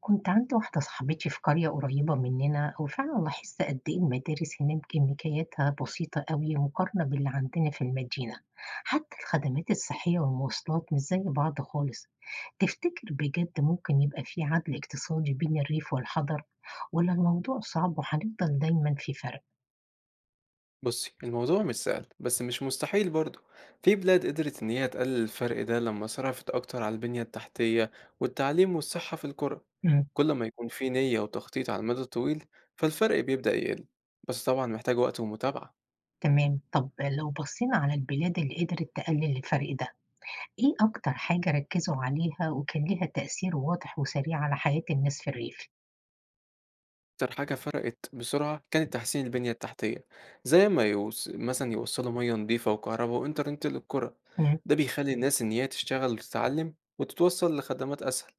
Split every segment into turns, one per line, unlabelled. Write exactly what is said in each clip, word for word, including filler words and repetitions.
كنت عندي واحدة صاحبتي في قرية قريبة مننا وفعلا لاحظت قد إيه المدارس هناك إمكانياتها بسيطة أوي مقارنة باللي عندنا في المدينة، حتى الخدمات الصحية والمواصلات مش زي بعض خالص، تفتكر بجد ممكن يبقى في عدل اقتصادي بين الريف والحضر ولا الموضوع صعب وهنفضل دايما في فرق؟
بُصّي، الموضوع مش سهل، بس مش مستحيل برضه. في بلاد قدرت إن هي تقلل الفرق ده لمّا صرفت أكتر على البنية التحتية والتعليم والصحة في القرى.
مم.
كل ما يكون في نية وتخطيط على المدى الطويل، فالفرق بيبدأ يقل، بس طبعًا محتاج وقت ومتابعة.
تمام، طب لو بصينا على البلاد اللي قدرت تقلل الفرق ده، إيه أكتر حاجة ركزوا عليها وكان ليها تأثير واضح وسريع على حياة الناس في الريف؟
أكتر حاجة فرقت بسرعة كانت تحسين البنية التحتية، زي ما يوص مثلًا يوصّلوا مَيّة نضيفة وكهربا وإنترنت للقرى،
مم.
ده بيخلّي الناس إن هي تشتغل وتتعلم وتتوصّل لخدمات أسهل.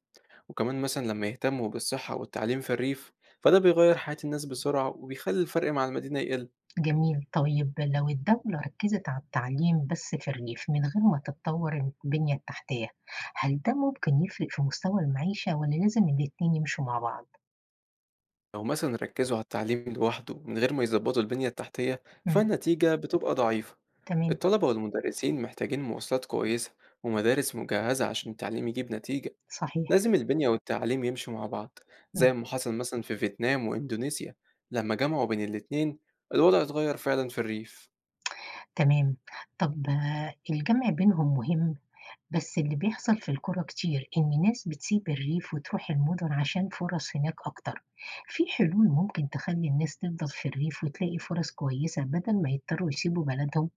وكمان مثلا لما يهتموا بالصحة والتعليم في الريف فده بيغير حياة الناس بسرعة وبيخلي الفرق مع المدينة يقل.
جميل. طيب لو الدولة ركّزت على التعليم بس في الريف من غير ما تتطور البنية التحتية، هل ده ممكن يفرق في مستوى المعيشة والّا لازم الاتنين يمشوا مع بعض؟
لو مثلا ركزوا على التعليم لوحده من غير ما يظبطوا البنية التحتية
إمم،
فالنتيجة بتبقى ضعيفة.
تمام،
الطلبة والمدرسين محتاجين مواصلات كويسة ومدارس مجهزة عشان التعليم يجيب نتيجة.
صحيح،
لازم البنية والتعليم يمشوا مع بعض
إمم،
زي ما حصل مثلا في فيتنام وإندونيسيا لما جمعوا بين الاتنين الوضع اتغير فعلا في الريف.
تمام. طب آه، الجمع بينهم مهم، بس اللي بيحصل في القرى كتير إن ناس بتسيب الريف وتروح المدن عشان فرص هناك أكتر. في حلول ممكن تخلّي الناس تفضل في الريف وتلاقي فرص كويسة بدل ما يضطروا يسيبوا بلدهم؟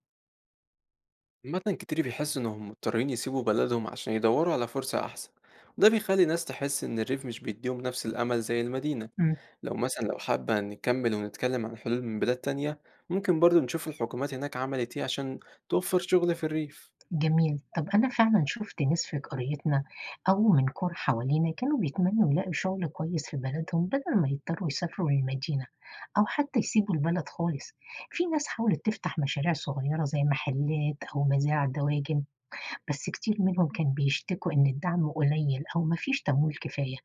عامة كتير بيحسوا إنهم مضطرين يسيبوا بلدهم عشان يدوروا على فرصة أحسن، وده بيخلي ناس تحس إن الريف مش بيديهم نفس الأمل زي المدينة.
إمم.
لو مثلا لو حابة نكمل ونتكلم عن حلول من بلاد تانية، ممكن برضو نشوف الحكومات هناك عملت إيه عشان توفر شغل في الريف.
جميل. طَب أنا فعلًا شُفت ناس في قريتنا أو من قُرى حوالينا كانوا بيتمنّوا يلاقوا شُغل كويس في بلدهم بدل ما يضطروا يسافروا للمدينة أو حتى يسيبوا البلد خالص. في ناس حاولت تفتح مشاريع صغيرة زي محلات أو مزارع دواجن، بس كتير منهم كان بيشتكوا إن الدعم قليل أو ما فيش تمويل كفاية.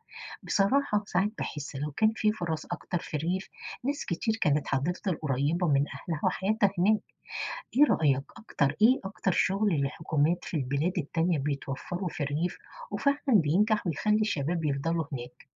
بصراحة ساعات باحس لو كان في فرص أكتر في الريف، ناس كتير كانت هتفضل قريبة من أهلها وحياتها هناك. إيه رأيك، أكتر إيه أكتر شغل الحكومات في البلاد التانية بيتوفّره في الريف وفعلًا بينجح ويخلّي الشباب يفضلوا هناك؟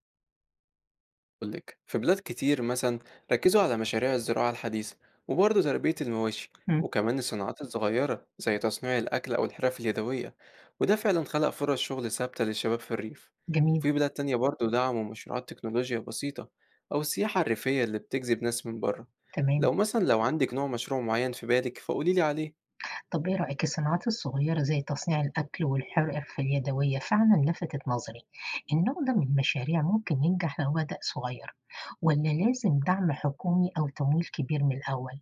أقول لك، في بلاد كتير مثلا ركزوا على مشاريع الزراعة الحديثة وبرضه تربية المواشي،
إمم،
وكمان الصناعات الصغيرة زي تصنيع الأكل أو الحرف اليدوية، وده فعلا خلق فرص شغل ثابتة للشباب في الريف.
جميل،
في بلاد تانية برضه دعموا مشروعات تكنولوجيا بسيطة أو السياحة الريفية اللي بتجذب ناس من بره.
تمام.
لو مثلا لو عندك نوع مشروع معين في بالك فقوليلي عليه.
طَب إيه رأيك، الصناعات الصغيرة زي تصنيع الأكل والحرف اليدوية فعلًا لفتت نظري. النوع ده من المشاريع ممكن ينجح لو بدأ صغير والّا لازم دعم حكومي أو تمويل كبير من الأول؟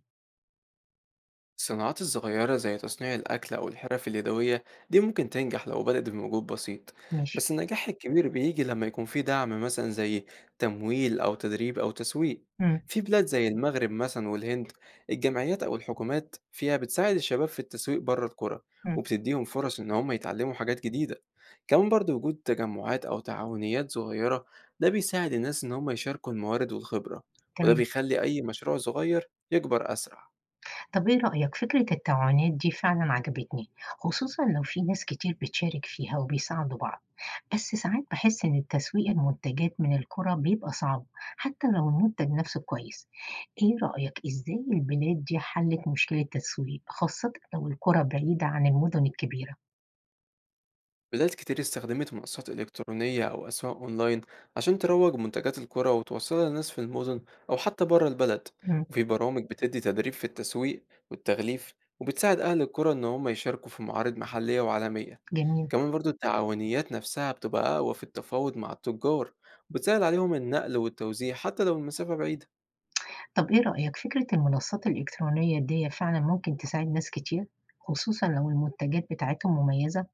الصناعات الصغيرة زي تصنيع الأكل أو الحرف اليدوية دي ممكن تنجح لو بدأت بمجهود بسيط،
ماشي.
بس النجاح الكبير بيجي لما يكون في دعم، مثلا زي تمويل أو تدريب أو تسويق.
إمم،
في بلاد زي المغرب مثلا والهند، الجمعيات أو الحكومات فيها بتساعد الشباب في التسويق بره القرى،
إمم،
وبتديهم فرص إن هم يتعلموا حاجات جديدة. كمان برضو وجود تجمعات أو تعاونيات صغيرة، ده بيساعد الناس إن هم يشاركوا الموارد والخبرة، وده
تمام.
بيخلي أي مشروع صغير يكبر أسرع.
طب إيه رأيك، فكرة التعاونات دي فعلًا عجبتني، خصوصًا لو في ناس كتير بتشارك فيها وبيساعدوا بعض، بس ساعات باحس إن تسويق المنتجات من القرى بيبقى صعب حتى لو المنتج نفسه كويس، إيه رأيك، إزاي البلاد دي حلت مشكلة التسويق خاصةً لو القرى بعيدة عن المدن الكبيرة؟
بدات كتير استخدمت منصات إلكترونية أو أسواق أونلاين عشان تروج منتجات الكرة وتوصلها للناس في المدن أو حتى بره البلد.
إمم،
وفي برامج بتدي تدريب في التسويق والتغليف، وبتساعد أهل الكرة إن هم يشاركوا في معارض محلية وعالمية.
جميل،
كمان برضو التعاونيات نفسها بتبقى أقوى في التفاوض مع التجار، وبتسهل عليهم النقل والتوزيع حتى لو المسافة بعيدة.
طب إيه رأيك، فكرة المنصات الإلكترونية ديّة فعلًا ممكن تساعد ناس كتير، خصوصًا لو المنتجات بتاعتهم مميزة؟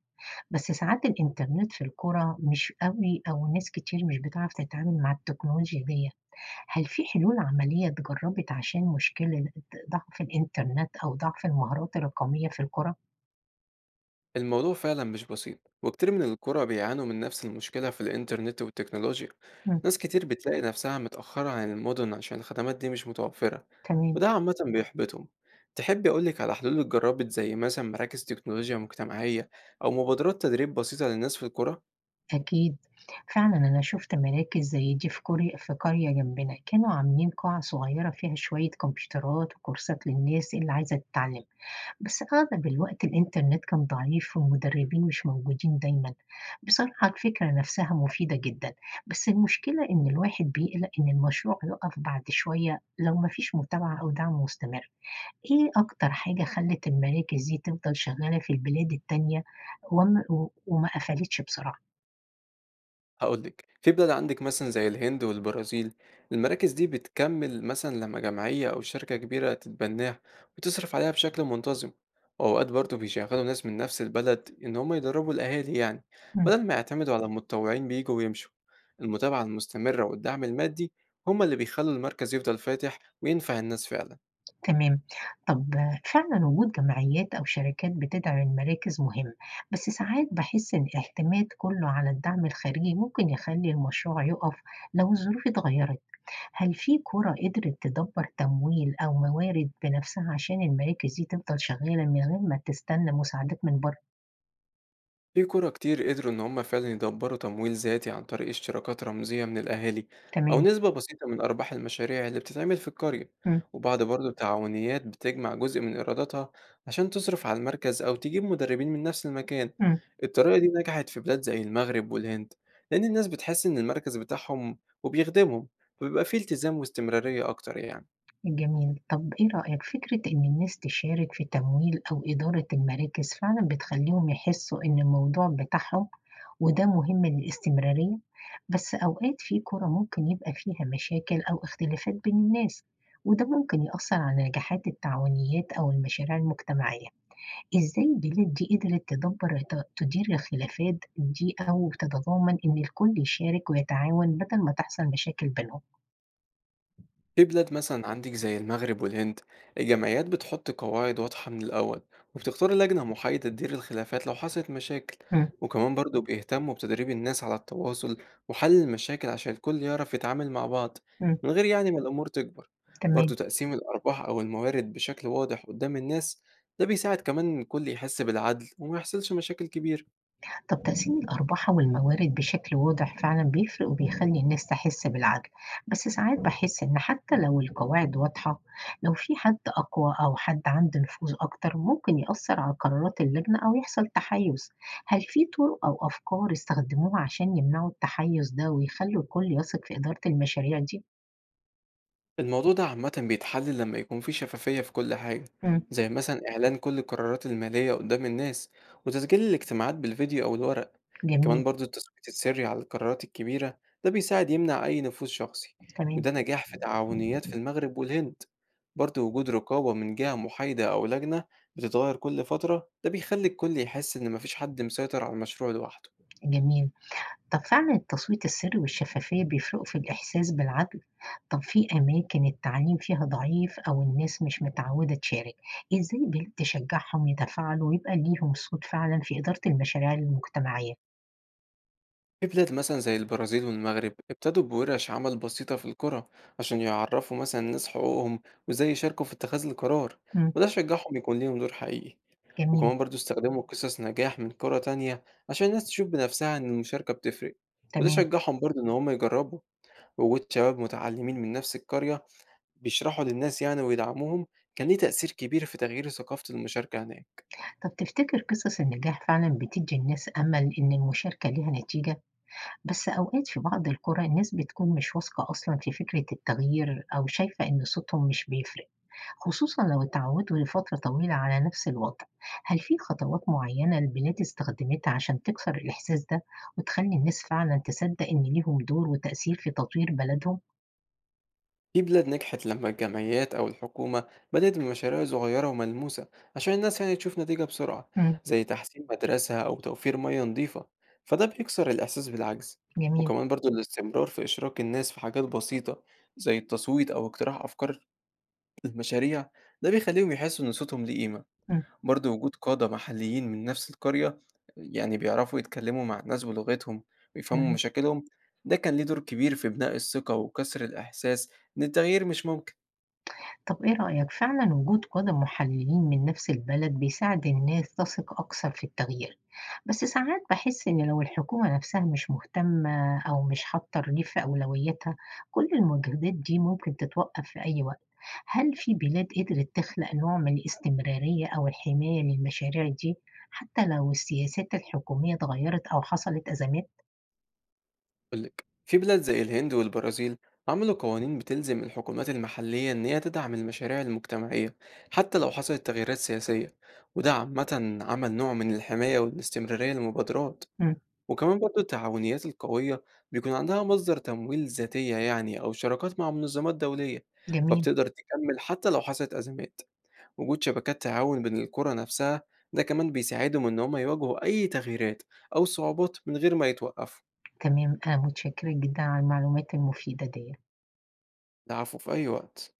بس ساعات الإنترنت في القرى مش قوي أو ناس كتير مش بتعرف تتعامل مع التكنولوجيا دي. هل في حلول عملية اتجربت عشان مشكلة ضعف الإنترنت أو ضعف المهارات الرقمية في القرى؟
الموضوع فعلا مش بسيط، وكتير من القرى بيعانوا من نفس المشكلة في الإنترنت والتكنولوجيا.
مم.
ناس كتير بتلاقي نفسها متأخرة عن المدن عشان الخدمات دي مش متوفرة،
تمام.
وده عامة بيحبطهم. تحبي أقولك على حلول اتجربت زي مثلا مراكز تكنولوجيا مجتمعية أو مبادرات تدريب بسيطة للناس في القرى؟
أكيد. فعلا أنا شفت مراكز زي دي في قرية في قرية جنبنا كانوا عاملين قاعة صغيرة فيها شوية كمبيوترات وكورسات للناس اللي عايزة تتعلم، بس أغلب الوقت الإنترنت كان ضعيف والمدربين مش موجودين دايما. بصراحة الفكرة نفسها مفيدة جدا، بس المشكلة إن الواحد بيقلق إن المشروع يقف بعد شوية لو مفيش متابعة أو دعم مستمر. إيه أكتر حاجة خلت المراكز دي تفضل شغالة في البلاد التانية وما, وما قفلتش بسرعة؟
هاقول لِك، في بلاد عندِك مثلًا زي الهند والبرازيل، المراكز دي بتكمّل مثلًا لمّا جمعية أو شركة كبيرة تتبناها وتصرف عليها بشكل منتظم، وأوقات برضه بيشغّلوا ناس من نفس البلد إن هم يدرّبوا الأهالي يعني، بدل ما يعتمدوا على متطوعين بييجوا ويمشوا. المتابعة المستمرة والدعم المادي هم اللي بيخلّوا المركز يفضل فاتح وينفع الناس فعلًا.
تمام. طَب فعلًا وجود جمعيات أو شركات بتدعم المراكز مهم، بس ساعات باحس إن الاعتماد كُلّه على الدعم الخارجي ممكن يخلّي المشروع يُقَف لو الظروف اتغيّرت، هل في قُرى قدرت تدبّر تمويل أو موارد بنفسها عشان المراكز دي تفضل شغّالة من غير ما تستنى مساعدات من برّه؟
في قرى كتير قدروا إن هم فعلًا يدبّروا تمويل ذاتي عن طريق اشتراكات رمزية من الأهالي، أو
تمام.
نسبة بسيطة من أرباح المشاريع اللي بتتعمل في القرية،
إمم،
وبعض برضه التعاونيات بتجمع جزء من إيراداتها عشان تصرف على المركز أو تجيب مدربين من نفس المكان.
إمم،
الطريقة دي نجحت في بلاد زي المغرب والهند، لأن الناس بتحس إن المركز بتاعهم وبيخدمهم، وبيبقى في التزام واستمرارية أكتر يعني.
جميل. طَب إيه رأيك، فكرة إن الناس تشارك في تمويل أو إدارة المراكز فعلًا بتخلّيهم يحسّوا إن الموضوع بتاعهم، وده مهم للاستمرارية، بس أوقات في كُرة ممكن يبقى فيها مشاكل أو اختلافات بين الناس، وده ممكن يأثّر على نجاحات التعاونيات أو المشاريع المجتمعية. إزاي البلاد دي قدرت تدبّر ت تدير الخلافات دي أو تتضامن إن الكل يشارك ويتعاون بدل ما تحصل مشاكل بينهم؟
في بلاد مثلا عندك زي المغرب والهند، الجمعيات بتحط قواعد واضحة من الأول، وبتختار لجنة محايدة تدير الخلافات لو حصلت مشاكل.
إمم،
وكمان برضو بيهتموا بتدريب الناس على التواصل وحل المشاكل عشان الكل يعرف يتعامل مع بعض
إمم،
من غير يعني ما الأمور تكبر. برضو
تمام.
تقسيم الأرباح أو الموارد بشكل واضح قدام الناس، ده بيساعد كمان إن الكل يحس بالعدل وما يحصلش مشاكل كبيرة.
طب تقسيم الأرباح والموارد بشكل واضح فعلا بيفرق وبيخلي الناس تحس بالعدل، بس ساعات بحس إن حتى لو القواعد واضحة، لو في حد أقوى أو حد عنده نفوذ أكتر ممكن يأثر على قرارات اللجنة أو يحصل تحيز. هل في طرق أو أفكار استخدموها عشان يمنعوا التحيز ده ويخلوا الكل يثق في إدارة المشاريع دي؟
الموضوع ده عامةً بيتحل لمّا يكون في شفافية في كل حاجة،
مم.
زي مثلًا إعلان كل القرارات المالية قدّام الناس، وتسجيل الاجتماعات بالفيديو أو الورق. كمان
جميل.
برضه التصويت السري على القرارات الكبيرة ده بيساعد يمنع أي نفوذ شخصي،
تمام.
وده نجاح في تعاونيات في المغرب والهند. برضه وجود رقابة من جهة محايدة أو لجنة بتتغير كل فترة، ده بيخلي الكل يحس إن ما فيش حد مسيطر على المشروع لوحده.
جميل. طب فعلا التصويت السري والشفافية بيفرقوا في الإحساس بالعدل؟ طب في أماكن التعليم فيها ضعيف أو الناس مش متعودة تشارك، إزاي البلاد تشجعهم يتفاعلوا ويبقى ليهم صوت فعلًا في إدارة المشاريع المجتمعية؟
في بلاد مثلا زي البرازيل والمغرب ابتدوا بورش عمل بسيطة في القرى عشان يعرفوا مثلا الناس حقوقهم وازاي يشاركوا في اتخاذ القرار،
إمم،
وده شجعهم يكون ليهم دور حقيقي.
جميل،
وكمان برضو استخدموا قصص نجاح من قرى تانية عشان الناس تشوف بنفسها إن المشاركة بتفرق، وده
تمام.
شجعهم برضو إن هم يجربوا. وجود شباب متعلمين من نفس القرية بيشرحوا للناس يعني ويدعموهم، كان ليه تأثير كبير في تغيير ثقافة المشاركة هناك.
طب تفتكر قصص النجاح فعلًا بتدي الناس أمل إن المشاركة ليها نتيجة؟ بس أوقات في بعض القرى الناس بتكون مش واثقة أصلًا في فكرة التغيير أو شايفة إن صوتهم مش بيفرق. خصوصًا لو اتعودوا لفترة طويلة على نفس الوضع، هل في خطوات معينة البلاد استخدمتها عشان تكسر الإحساس ده وتخلي الناس فعلًا تصدق إن ليهم دور وتأثير في تطوير بلدهم؟
في بلاد نجحت لما الجمعيات أو الحكومة بدأت بمشاريع صغيرة وملموسة عشان الناس يعني تشوف نتيجة بسرعة،
إمم،
زي تحسين مدرسة أو توفير مياه نظيفة، فده بيكسر الإحساس بالعجز.
جميل،
وكمان برضو الاستمرار في إشراك الناس في حاجات بسيطة زي التصويت أو اقتراح أفكار المشاريع، ده بيخليهم يحسوا إن صوتهم ليه قيمة.
إمم،
برضو وجود قادة محليين من نفس القرية يعني بيعرفوا يتكلموا مع الناس بلغتهم ويفهموا
تمام.
مشاكلهم، ده كان ليه دور كبير في بناء الثقة وكسر الإحساس إن التغيير مش ممكن.
طب إيه رأيك، فعلًا وجود قادة محللين من نفس البلد بيساعد الناس تثق أكثر في التغيير، بس ساعات باحس إن لو الحكومة نفسها مش مهتمة أو مش حاطة الريف في أولوياتها، كل المجهودات دي ممكن تتوقف في أي وقت. هل في بلاد قدرت تخلق نوع من الاستمرارية أو الحماية للمشاريع دي حتى لو السياسات الحكومية اتغيرت أو حصلت أزمات؟
أقول لك، في بلاد زي الهند والبرازيل عملوا قوانين بتلزم الحكومات المحلية إن هي تدعم المشاريع المجتمعية حتى لو حصلت تغييرات سياسية، وده عامة عمل نوع من الحماية والاستمرارية للمبادرات.
إمم،
وكمان برضو التعاونيات القوية بيكون عندها مصدر تمويل ذاتية يعني أو شراكات مع منظمات دولية،
جميل،
فبتقدر تكمل حتى لو حصلت أزمات. وجود شبكات تعاون بين القرى نفسها ده كمان بيساعدهم إن هم يواجهوا أي تغييرات أو صعوبات من غير ما يتوقفوا.
تمام، أنا متشكرة جدًا على المعلومات المفيدة ديّة.
العفو، في أي وقت.